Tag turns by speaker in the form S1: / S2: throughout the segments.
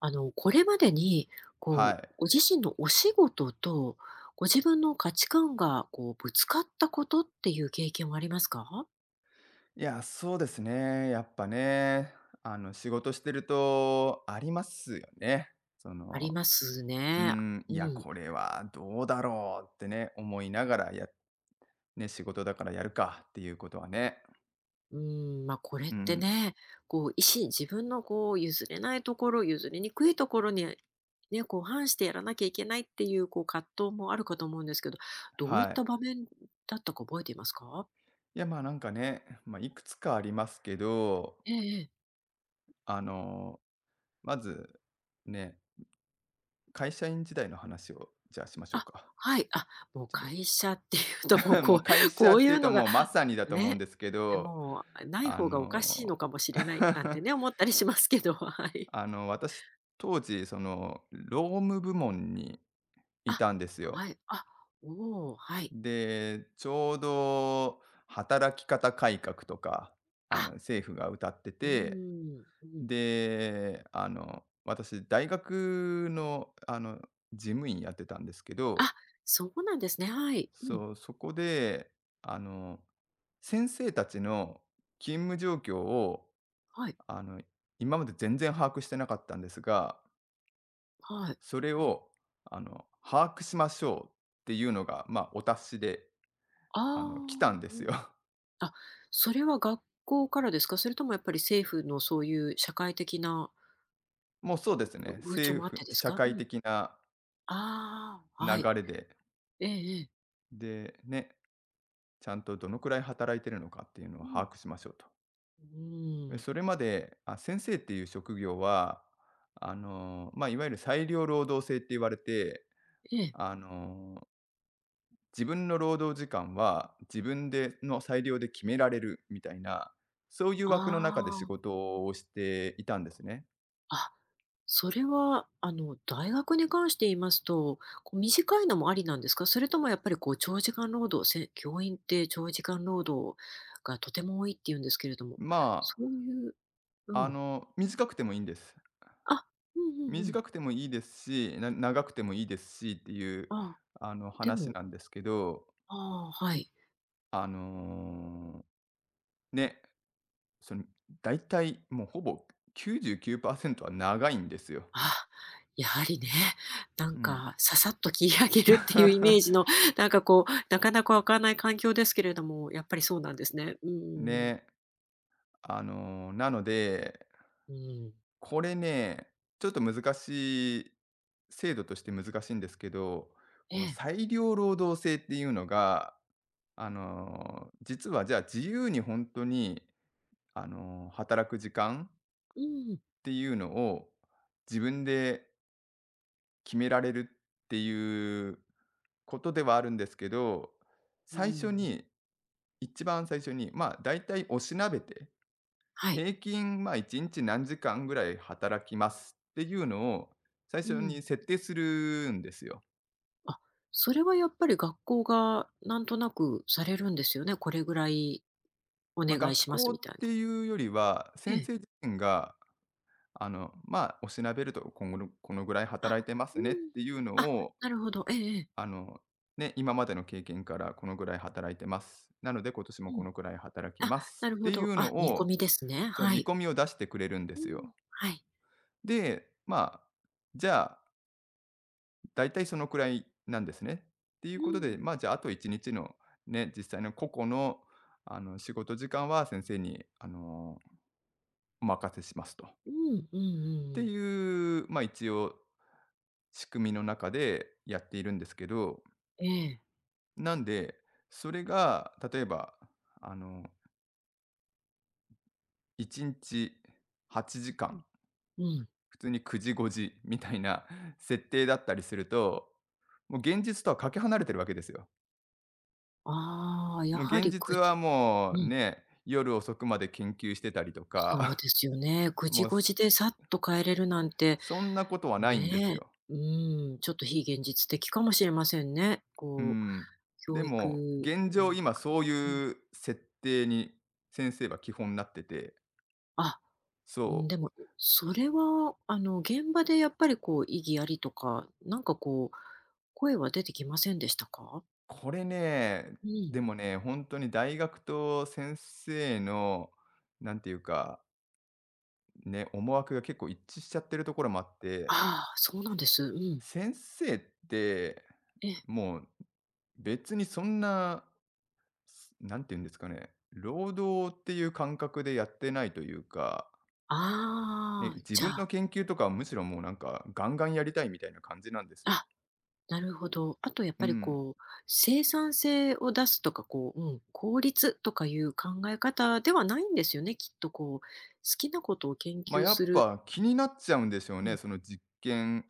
S1: これまでに、
S2: はい。
S1: ご自身のお仕事と、ご自分の価値観が、ぶつかったことっていう経験はありますか？
S2: いや、そうですね。やっぱね、仕事してるとありますよね。そ
S1: あり
S2: の、
S1: ますね。うん。
S2: これはどうだろうってね、思いながらや、ね、仕事だからやるかっていうことはね。
S1: うん、まあ、これ
S2: う
S1: って
S2: ん。
S1: ね、意思自分の譲れないところ、譲りにくいところに、ね、反してやらなきゃいけないっていう、葛藤もあるかと思うんですけど、どういっ
S2: はい。
S1: た場面だったか覚えていますか？
S2: いや、まあなんかね、まあ、いくつかありますけど、
S1: えええ
S2: あの、まず、ね、会社員時代の話を、じゃあしましょう
S1: あ、
S2: か。
S1: はい。あ、もう
S2: ちょっと
S1: 会社っていうと、もう
S2: もう会社
S1: こう
S2: っ
S1: い
S2: ていう
S1: う
S2: と、
S1: のが
S2: もうまさにだと思うん
S1: ね、
S2: ですけど、
S1: もうない
S2: あ
S1: 方がおかしいの
S2: の、
S1: かもしれないなんて ね、思ったりしますけど、はい。
S2: 私、当時、その、労務部門にい
S1: あ、
S2: たんですよ。
S1: はい。あ、おお、はい。
S2: で、ちょうど働き方改革とか、
S1: あ、
S2: 政府が歌って
S1: うー
S2: て、
S1: ん、うん。
S2: で、私、大学の、事務員やってたんですけど、
S1: あ、そうなんですね。はい。うん。
S2: そう、そこで、あの、先生たちの勤務状況を
S1: はい、
S2: あの、今まで全然把握してなかったんですが、
S1: はい。
S2: それを、把握しましょうっていうのが、まあ、お達しで、
S1: ああ、
S2: 来たんで
S1: う
S2: す
S1: ん。
S2: よ。
S1: あ、それは学校からですか？それともやっぱり政府のそういう社会的な
S2: もうそうですね、
S1: 風潮
S2: 政
S1: もあっ
S2: 府
S1: てです
S2: 社
S1: か？う
S2: 会
S1: ん。
S2: 的な
S1: ああ、はい。
S2: 流れで、
S1: ええええ。
S2: で、ね、ちゃんとどのくらい働いてるのかっていうのを
S1: うん。
S2: 把握しましょうと。
S1: うー
S2: で
S1: ん。
S2: それまで、あ、先生っていう職業は、あの、まあ、いわゆる裁量労働制って言われて、
S1: ええ。
S2: あの自分の労働時間は自分での裁量で決められるみたいな、そういう
S1: あ
S2: 枠の中で仕
S1: あ。
S2: 事をしていたんですね。
S1: あ、それは、大学に関して言いますと、短いのもありなんですか？それともやっぱり長時間労働、教員って長時間労働がとても多いって言うんですけれども、
S2: ま
S1: そういうう
S2: あ、
S1: ん。
S2: 短くてもいいんです。
S1: あ、うんうんうん。
S2: 短くてもいいですし、な長くてもいいですしっていう
S1: ああ、で
S2: 話
S1: も
S2: なんですけど、
S1: ああ、はい。
S2: あのーね、その大体もうほぼ99%は長いんですよ。
S1: あやはりね、な
S2: う
S1: ん
S2: ん。
S1: かささっと切り上げるっていうイメージの、なんかなかなか湧かない環境ですけれども、やっぱりそうなんですね。うんうんう
S2: ね、なので、
S1: ん。
S2: これね、ちょっと難しい、制度として難しいんですけど、
S1: え
S2: この
S1: え。
S2: 裁量労働制っていうのが、実はじゃあ自由に本当に、働く時間っ
S1: うん。
S2: ていうのを自分で決められるっていうことではあるんですけど、
S1: う
S2: 最初
S1: ん。
S2: に一番最初に、まあ、大体おしなべて
S1: はい。
S2: 平均、まあ、1日何時間ぐらい働きますっていうのを最
S1: う
S2: 初
S1: ん。
S2: に設定するんですよ。
S1: あ、それはやっぱり学校がなんとなくされるんですよね。これぐらいお
S2: まあ、
S1: 願い
S2: 学
S1: しま
S2: 校
S1: す
S2: っ
S1: みたいな。
S2: ていうよりは、
S1: え
S2: 先
S1: え。
S2: 生自身が、まあ、お調べるとこのこのぐらい
S1: あ、
S2: 働いてま
S1: う
S2: すねっ
S1: ん。
S2: ていうの
S1: あ、
S2: を、
S1: なるほど。ええええ。
S2: あの、ね、今までの経験からこのぐらい働いてます。なので今年も
S1: う
S2: こ
S1: ん。
S2: のぐらい働き
S1: あ、
S2: ます
S1: なる
S2: っ
S1: ほ
S2: てい
S1: ど。
S2: う
S1: あ、
S2: の
S1: 見込
S2: を、
S1: みですね。
S2: その
S1: は
S2: 見
S1: い。
S2: 込みを出してくれるんで
S1: う
S2: す
S1: ん。
S2: よ。
S1: はい。
S2: で、まあ、じゃあだいたいそのくらいなんですね。っていう
S1: う
S2: ことで、
S1: ん。
S2: まあ、じゃあ、あと1日のね、実際の個々の、仕事時間は先生に、お任せしますと。っ
S1: うん。うんうんう
S2: て
S1: ん。
S2: いう、まあ、一応仕組みの中でやっているんですけど、
S1: ええ。
S2: なんで、それが例えば、あの、1日8時
S1: う
S2: 間、
S1: ん。うんええうん
S2: 普通に9時、5時みたいな設定だったりすると、もう現実とはかけ離れてるわけですよ。
S1: ああ、や
S2: もう
S1: は
S2: 現
S1: り
S2: 実はも
S1: う
S2: う
S1: ん。
S2: ね、夜遅くまで研究してたりと
S1: そう
S2: か、
S1: ですよね。くじ
S2: もう
S1: ごじでさっと帰れるなんて
S2: そんなことはないんです
S1: ね
S2: よ。
S1: え、うん、ちょっと非現実的かもしれませんね。
S2: うん。で
S1: 教
S2: も、
S1: 育、
S2: 現
S1: う
S2: 状
S1: ん、
S2: 今そう
S1: うん、
S2: いう設定に先生は基本になってて、
S1: あ、うん、
S2: そ
S1: でも、
S2: う、
S1: それは、現場でやっぱり意義ありとか、なんか声は出てきませんでしたか？
S2: これね、
S1: うん。
S2: でもね、本当に大学と先生の、なんていうか、ね、思惑が結構一致しちゃってるところもあっ
S1: あ
S2: て、
S1: あ、そうなんです。うん。
S2: 先生って、
S1: ええ。
S2: もう別にそんななんて言うんですかね、労働っていう感覚でやってないというか、ね、
S1: ああ、
S2: 自
S1: じゃ
S2: 分の
S1: あ、
S2: 研究とかはむしろもうなんかガンガンやりたいみたいな感じなんですよ。
S1: あなるほど。あとやっ
S2: う
S1: ぱり
S2: ん。
S1: 生産性を出すとか、うん、効率とかいう考え方ではないんですよね、きっと好きなことを研
S2: まあ、
S1: 究
S2: や
S1: す
S2: っ
S1: る、
S2: ぱ気になっちゃうんでしょう
S1: う
S2: ね、
S1: ん、
S2: その実験。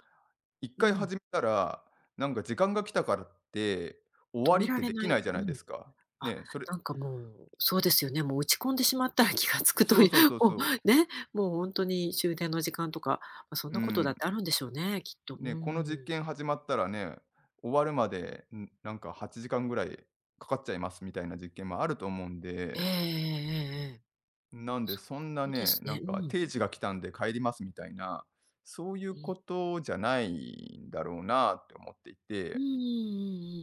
S2: 一
S1: う
S2: 回
S1: ん、
S2: 始めたら、なんか時間が来たからって終
S1: 止
S2: わ
S1: め
S2: りっ
S1: ら
S2: て
S1: れ
S2: で
S1: な
S2: きな
S1: い、
S2: いじゃ
S1: う
S2: ないで
S1: ん。
S2: すか。
S1: あ、
S2: ね、それ、
S1: なんかもう、そうですよね、もう打ち込んでしまったら気がつくと
S2: そ
S1: い
S2: う
S1: う、
S2: そう そうそう。
S1: ね、もう本当に終電の時間とか、ま、そん
S2: う
S1: なことだ
S2: ん。
S1: ってあるんでしょうね、きっと。う
S2: ね、この実
S1: ん。
S2: 験始まったらね、終わるまでんなんか8時間ぐらいかかっちゃいますみたいな実験もあると思うん
S1: えええ
S2: で、
S1: えええ
S2: なんで、
S1: そ
S2: そんな
S1: うで
S2: ね、
S1: す
S2: なん
S1: ね、う
S2: か
S1: ん、
S2: 定時が来たんで帰りますみたいな、そういう
S1: う
S2: こ
S1: ん。
S2: とじゃないんだろうなって思ってい
S1: うん
S2: て、
S1: うんう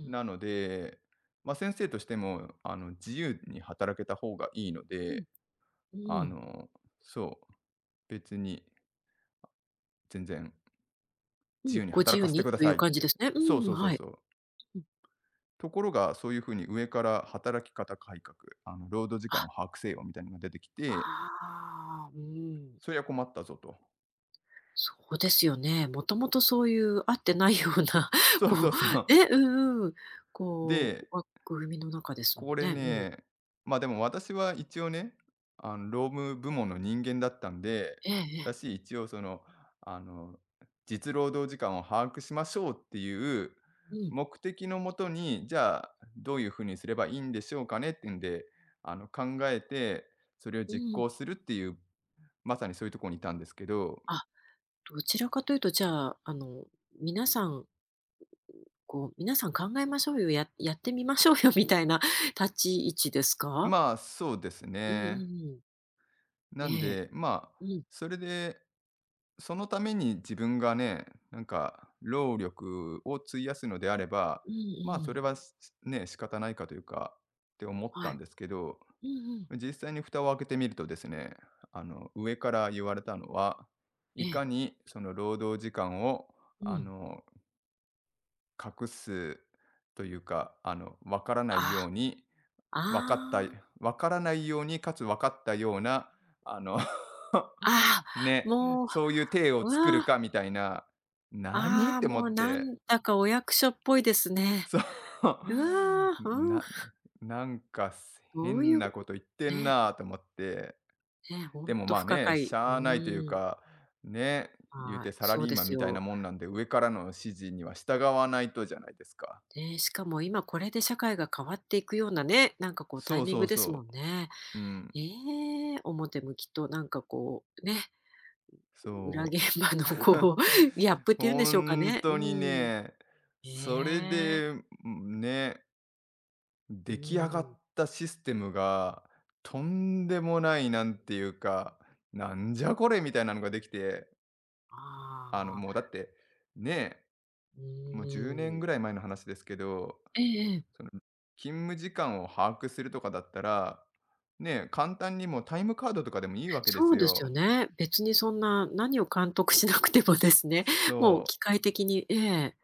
S1: んう
S2: な
S1: ん。
S2: ので、まあ、先生としてもあの自由に働けた方がいいの
S1: うん
S2: で、
S1: うん
S2: あ
S1: うん。
S2: の、そう、別に全然
S1: う
S2: 自
S1: ん、
S2: 由に
S1: ご自
S2: 働か
S1: 由
S2: せて
S1: に
S2: くだ
S1: とい
S2: さ
S1: う
S2: いっ
S1: 感じで
S2: て。
S1: すね。
S2: そう
S1: うん、
S2: そうそう
S1: はい。
S2: そう。
S1: うん。
S2: ところが、そういうふうに上から働き方改革、あの労働時間
S1: あ、
S2: を把握せよみたいなのが出てき
S1: あ
S2: て、
S1: あ、うん。
S2: そりゃ困ったぞと。
S1: そうですよね。もともとそういう合ってないような、
S2: そう
S1: こ
S2: そうそう。
S1: ね、うんうん、
S2: で、
S1: 枠組みの中ですも
S2: こ
S1: ん
S2: れ
S1: ね。うん。
S2: ね、ま、あでも私は一応ね、労務部門の人間だったんで、
S1: えええ
S2: だ
S1: え。
S2: し、一応その、あの、実労働時間を把握しましょうっていう
S1: うん、
S2: 目的のもとに、じゃあ、どういう風にすればいいんでしょうかねっていうんで、考えて、それを
S1: う
S2: 実
S1: ん。
S2: 行するっていう、まさにそういうところにいたんですけど、
S1: あ、どちらかというと、じゃあ、皆さん、皆さん考えましょうよ、やってみましょうよみたいな 立ち位置ですか？
S2: まあ、そうです
S1: うんう
S2: ね。
S1: んうん。
S2: な
S1: え
S2: ん
S1: え。
S2: で、まあ、
S1: うん。
S2: それでそのために自分がね、なんか労力を費やすのであれば、
S1: うん
S2: まあ、
S1: う
S2: それ
S1: ん。
S2: は、すね、仕方ないかというかって思っ
S1: は
S2: た
S1: い。
S2: んですけど、
S1: うんうん。
S2: 実際に蓋を開けてみるとですね、上から言われたのは、
S1: え
S2: い
S1: え。
S2: かにその労働時間を、
S1: う
S2: あ
S1: ん。
S2: の、隠すというか、わからない
S1: あ、
S2: ように分かった
S1: ああ、
S2: 分からないように、かつ分かったような、あの、
S1: あ あ、
S2: ね、
S1: もう、
S2: そういう体
S1: う
S2: を作る
S1: わ、
S2: かみたいな、何？っ
S1: ああ、
S2: て思
S1: もう
S2: っ
S1: な
S2: て、
S1: んだかお役所っぽいですね。
S2: そう、
S1: うわ、うん、
S2: ななんか
S1: どうい
S2: 変
S1: う、
S2: なこと言ってん
S1: ね、
S2: なと思って、
S1: ね、ほ
S2: で
S1: ん
S2: も
S1: と
S2: ま
S1: 不
S2: あ
S1: 可
S2: ね、し
S1: 解。う
S2: ゃあないという
S1: ーん、
S2: か、ね、言う
S1: は
S2: て
S1: い、
S2: サラ
S1: そう
S2: リー
S1: で
S2: マン
S1: す
S2: みたいな
S1: よ。
S2: もんなんで、上からの指示には従わないとじゃないですか。
S1: ね、しかも今これで社会が変わっていくようなね、なんかタ
S2: そ
S1: イ
S2: う
S1: ミン
S2: そう
S1: グですも
S2: そ
S1: んね。
S2: う。うん。
S1: ええ、表向きとなんかね、裏
S2: そ
S1: 現場
S2: う。
S1: の ギャップっていうんでしょうか
S2: 本
S1: ね。う
S2: 当に
S1: ん。
S2: ね、
S1: え
S2: それ
S1: え、
S2: で、ね、
S1: う
S2: 出来上が
S1: ん、
S2: ったシステムが、とんでもない、なんていうか、なんじゃこれみたいなのができて、
S1: あ
S2: もう
S1: あ。
S2: だって、ね、
S1: う
S2: もう10
S1: ー
S2: 年
S1: ん。
S2: ぐらい前の話ですけど、
S1: ええええ、
S2: その、勤務時間を把握するとかだったら、ね、簡単にもうタイムカードとかでもいいわけで
S1: そ
S2: す
S1: うですよ
S2: よ。
S1: ね。別にそんな何を監督しなくてもですね、もう
S2: そ
S1: 機
S2: う。
S1: 械的にええ、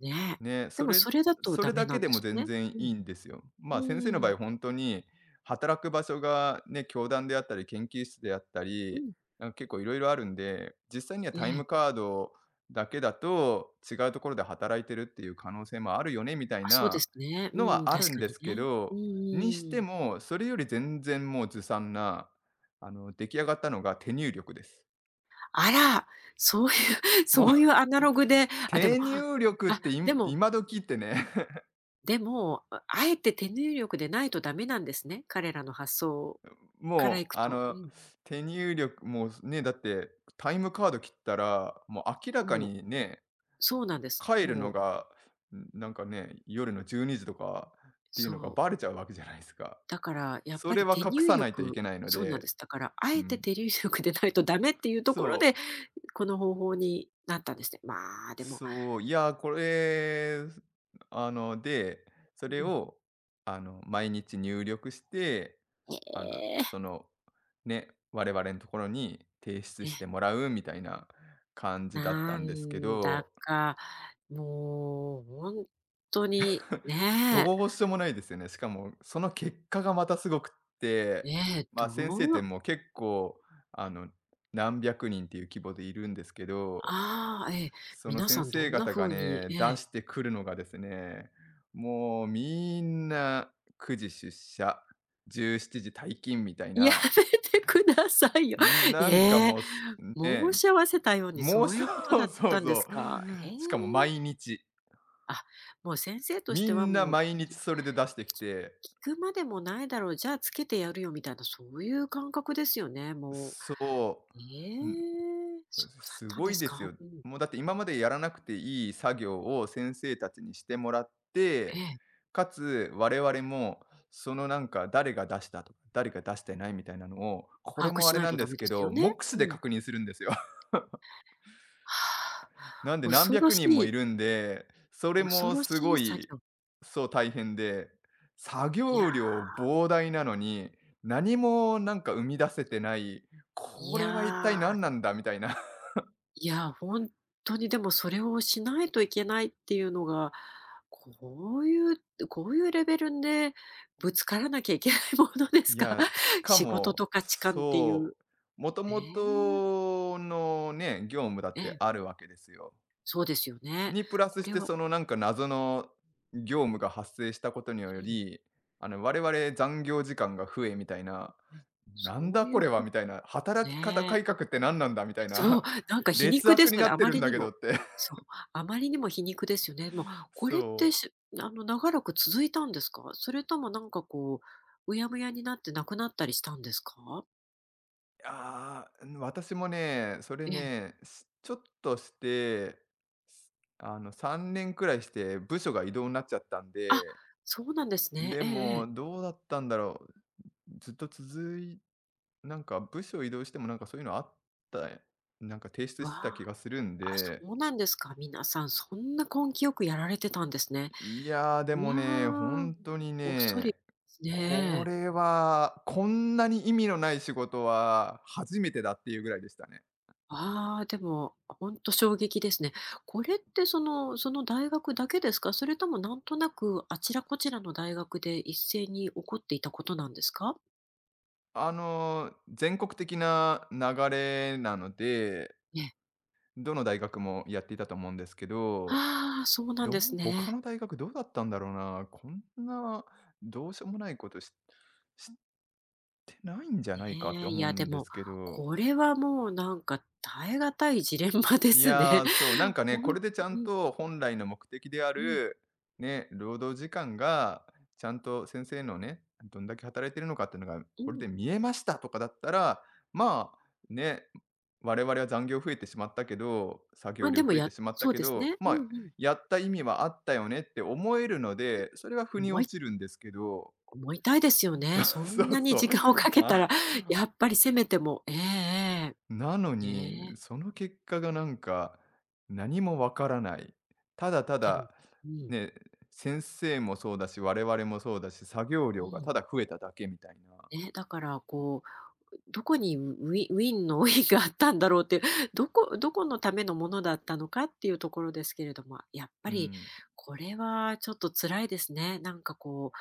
S1: ね。
S2: ね、
S1: でもそれだと
S2: そ
S1: ダ
S2: れ
S1: メ
S2: だけ
S1: なん
S2: で
S1: で
S2: も
S1: す
S2: 全
S1: よね。
S2: 然
S1: う
S2: い
S1: ん。
S2: いんですよ。まあ、先生の
S1: うー
S2: 場
S1: ん。
S2: 合本当に、働く場所がね、教壇であったり、研究室であった
S1: う
S2: り、
S1: ん。
S2: なんか結構いろいろあるんで、実際には
S1: え
S2: タイ
S1: え。
S2: ムカードだけだと、違うところで働いてるっていう可能性もあるよね、みたい
S1: あ、そうで
S2: な
S1: すね。
S2: の
S1: うん、
S2: はあ
S1: 確
S2: るん
S1: か
S2: で
S1: に
S2: すけ
S1: ね。う
S2: ど、
S1: んう
S2: にして
S1: んうん。
S2: も、それより全然もうずさんな、出来上がったのが手入力です。
S1: あら、そういう
S2: もう、
S1: そういう アナログで、あ、でも、
S2: 手
S1: あ、
S2: 入力って今
S1: でも
S2: 今時ってね
S1: でも、ああえて手入力でないとダメなんですね、彼らの発想からい
S2: もう、
S1: く
S2: あ
S1: と。う
S2: の、
S1: ん、
S2: 手入力もうね、だってタイムカード切ったら、もう明らか
S1: もう、
S2: にね、
S1: そうなんです。
S2: 帰る
S1: も
S2: の
S1: う
S2: が、なんかね、夜の12時とかっていう
S1: そ
S2: のが
S1: う。
S2: バレちゃうわけじゃないですか。
S1: だからやっ
S2: そ
S1: ぱ
S2: れ
S1: り
S2: は
S1: 手
S2: 隠
S1: 入
S2: さないとい
S1: 力
S2: けないの
S1: そうなんで
S2: で、
S1: す。だから、あ
S2: う
S1: えて
S2: ん。
S1: 手入力でないとダメっていうところ
S2: そう、
S1: で、この方法になったんですね。まあ、でも、
S2: そう、いや、これ、で、それ
S1: うん、
S2: を、毎日入力してあの、
S1: え
S2: その、ね、我々のところに提出
S1: え、
S2: してもらうみたいな感じだった
S1: な
S2: んですけ
S1: んだ
S2: ど、
S1: か、もう本当に ね
S2: どうしようもないですよね。しかもその結果がまたすごくって、
S1: え、ええ、ど
S2: ま、先生って
S1: う
S2: もう結構、あの、何百人っていう規模でいるんですけど、
S1: ああ、ええ、
S2: その
S1: 皆
S2: 先
S1: さんど
S2: 生
S1: んな
S2: 方が
S1: 風に
S2: ね、
S1: え
S2: 出
S1: え。
S2: し てくるのがですね、もうみんな9時出社、17時退勤みたい
S1: や
S2: な、
S1: めてくださいよ。
S2: なんか
S1: ええ、
S2: もうす
S1: 申
S2: ね、
S1: し合わせたように
S2: も
S1: そ
S2: う、
S1: うい
S2: そ
S1: うことだ
S2: う
S1: っ
S2: そう
S1: たんです
S2: そ
S1: か？へえ。
S2: う。しかも毎日。
S1: あ、もう先生とし
S2: み
S1: ては
S2: んな
S1: もう、
S2: 毎日
S1: き
S2: それで出してきて、
S1: 聞くまでもないだろう、じゃあつけてやるよみたいな、そういう感覚ですよね、も
S2: そ
S1: う。ええ、
S2: う、うん、
S1: そうだっ
S2: す
S1: たん
S2: ご
S1: で
S2: い
S1: す
S2: です
S1: か。
S2: よ。
S1: うん。
S2: もうだって今までやらなくていい作業を先生たちにしてもらっ
S1: え
S2: て、
S1: え、
S2: かつ我々もそのなんか誰が出したとか、誰が出してないみたいなのを、こ
S1: 把
S2: れ
S1: 握
S2: もあ
S1: し
S2: れ
S1: ない
S2: な
S1: と
S2: んで
S1: ダ
S2: す
S1: メで
S2: け
S1: すよ
S2: ど、
S1: ね。
S2: 目視
S1: う
S2: で
S1: ん。
S2: 確認するんですよ。
S1: はあ、
S2: なんで
S1: 恐
S2: 何
S1: ろ
S2: 百
S1: し
S2: 人もい
S1: い
S2: るんで、それ
S1: 恐
S2: も
S1: ろ
S2: す
S1: し
S2: ご
S1: い作
S2: い、
S1: 業。
S2: そう、大変で、作
S1: いや、
S2: 業量膨大なのに、何もなんか生み出せてない、
S1: い
S2: これは一体
S1: や。
S2: 何なんだみたいな。
S1: いや、本当にでもそれをしないといけないっていうのが、こういうこういうレベルでぶつからなきゃいけないものです
S2: い
S1: か？
S2: や、し か
S1: 仕事
S2: も、
S1: と価値観っていう。
S2: そう、もと
S1: え
S2: も
S1: え。
S2: とのね、業務だっ
S1: え
S2: て
S1: え、
S2: あるわけですよ。
S1: そうですよね。
S2: にプラス
S1: こ
S2: し
S1: れ
S2: て、
S1: は
S2: そのなんか謎の業務が発生したことによ
S1: うん、
S2: り、我々残業時間が増えみたいな、なん
S1: そ
S2: だ
S1: うい
S2: こ
S1: う
S2: れは
S1: こ
S2: み
S1: と
S2: たいな、働き方
S1: ね。
S2: 改革って何なんだみたい
S1: そ
S2: な、
S1: う、なん か皮
S2: 劣
S1: 肉で
S2: 悪
S1: す
S2: に
S1: よ
S2: な
S1: ね、
S2: っ
S1: あ
S2: て
S1: ま
S2: るん
S1: り
S2: だ
S1: に
S2: けど
S1: も。
S2: って。
S1: そう、あまりにも皮肉ですよね。もうこれって
S2: そう。
S1: しあの、長らく続いたんですか？それともなんかうやむやになってなくなったりしたんですか？
S2: ああ、私もね、それ
S1: ええ。
S2: ね、ちょっとして、3年くらいして部署が異動になっちゃったん
S1: あ、
S2: で、
S1: そうなんですね。
S2: で
S1: えええ
S2: も
S1: え。
S2: どうだったんだろう、ずっと続いなんか部署移動してもなんかそういうのあった提出
S1: わ
S2: してた気
S1: あ、
S2: がするん
S1: あ、
S2: で、
S1: そうなんですか。皆さんそんな根気よくやられてたんですね。
S2: いや、でもね、
S1: わあ、
S2: 本当に
S1: 恐れ
S2: ね、
S1: です
S2: こ
S1: ね、え
S2: れ
S1: え。
S2: はこんなに意味のない仕事は初めてだっていうぐらいでしたね。
S1: ああ、でも、ほんと衝撃ですね。これってその大学だけですか？それともなんとなくあちらこちらの大学で一斉に起こっていたことなんですか？
S2: あの、全国的な流れなので、
S1: ね。
S2: どの大学もやっていたと思うんですけど、
S1: ああ、そうなんですね。
S2: 他の大学どうだったんだろうな、こんなどうしようもないことしてないんじゃないかっ
S1: ね
S2: て
S1: え、い
S2: 思う
S1: やで
S2: んで
S1: も、
S2: すけど、
S1: これはもうなんか耐え難いジレンマで
S2: い
S1: すね。
S2: やー、そう、なん かね、
S1: ほ
S2: こ
S1: ん
S2: れ
S1: と、
S2: でちゃん
S1: うん
S2: と本来の目的であ
S1: うん
S2: る、ね、労働時間がちゃんと先生のね、どんだけ働いてるのかっていうのが、
S1: う
S2: これ
S1: ん。
S2: で見えましたとかだったら、まあ、ね、我々は残業増えてしまったけど、作業
S1: ま、
S2: 量
S1: でも
S2: 増えてしまった
S1: そう
S2: け
S1: です
S2: ど、
S1: ね。う
S2: ま
S1: んう
S2: あ、
S1: ん。
S2: やった意味はあったよねって思えるので、それは腑に
S1: 思
S2: 落
S1: い
S2: ちるんですけど、
S1: 思いたいですよ
S2: そ
S1: ね。
S2: う
S1: そ
S2: そ
S1: ん
S2: う
S1: なに
S2: そう。
S1: 時間をかけたら
S2: あ
S1: やっぱりせめてもええ
S2: なの
S1: ええ。
S2: に、
S1: ねえ。
S2: その結果がなんか、何もわからない。ただた
S1: でも
S2: だ、
S1: うん、
S2: ね、先生もそうだし、我々もそうだし、作業
S1: う
S2: 量が
S1: ん。
S2: ただ増えただけみたいな。
S1: ね、だからどこにウィンの ウィンがあったんだろうっていう、どこのためのものだったのかっていうところですけれども、やっぱ
S2: う
S1: り
S2: ん、
S1: これはちょっと辛いですね。なんかこ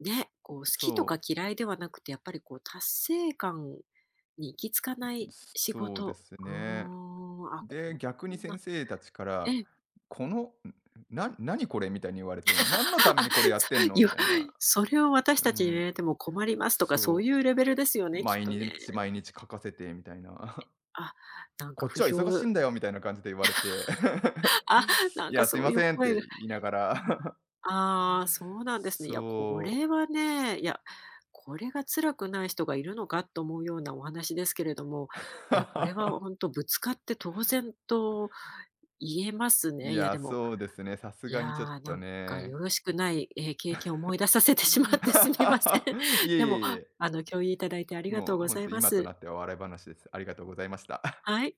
S1: う、ね、好きとか
S2: そ
S1: 嫌いではなくて、やっぱり達成感に行き着か
S2: う、
S1: ない仕
S2: そうで
S1: 事。
S2: す
S1: うー
S2: ね。
S1: ん、あ、こ
S2: で、
S1: ん
S2: 逆に先
S1: な
S2: 生たちから、
S1: ええ。
S2: この、何これみたいに言われて、何のた め
S1: あ、
S2: にこれやって
S1: そ
S2: んの
S1: い
S2: み
S1: や、
S2: たいな。
S1: それを私
S2: う
S1: たちに言
S2: ん、
S1: われても困りますとか、そう
S2: そ
S1: いうレベルですよ
S2: う。
S1: ね、きっ
S2: 毎
S1: とね。
S2: 日毎日書かせてみたいな。
S1: あ、なん
S2: こ
S1: か
S2: っ
S1: 不
S2: ちは忙し
S1: 評
S2: い んだよみたいな感じで言われて、
S1: あ、な
S2: い
S1: んか
S2: や、すい
S1: そう
S2: ま
S1: いう
S2: せんっ
S1: 声が
S2: て言い ながら、
S1: ああ、そう なんですね。いや、こ
S2: そう。
S1: れはね、いや、これが辛くない人がいるのかと思うようなお話ですけれども、いや、これは 本当ぶつかって当然と言えます
S2: い
S1: ね。いや、
S2: や、
S1: でも、
S2: そうですね、さす
S1: い
S2: が
S1: や
S2: にちょっ
S1: ー、な
S2: と
S1: んかよ
S2: ね。
S1: ろしくない、経験を思い出させてしまってすみません。
S2: い え
S1: で
S2: いえ
S1: も、
S2: いえ、
S1: 共有いただいてありがとう
S2: もう
S1: ご
S2: ほ
S1: ざ
S2: ん
S1: い
S2: と
S1: ま
S2: 今と
S1: す。
S2: なっては笑い話です。ありがとうございました。
S1: はい。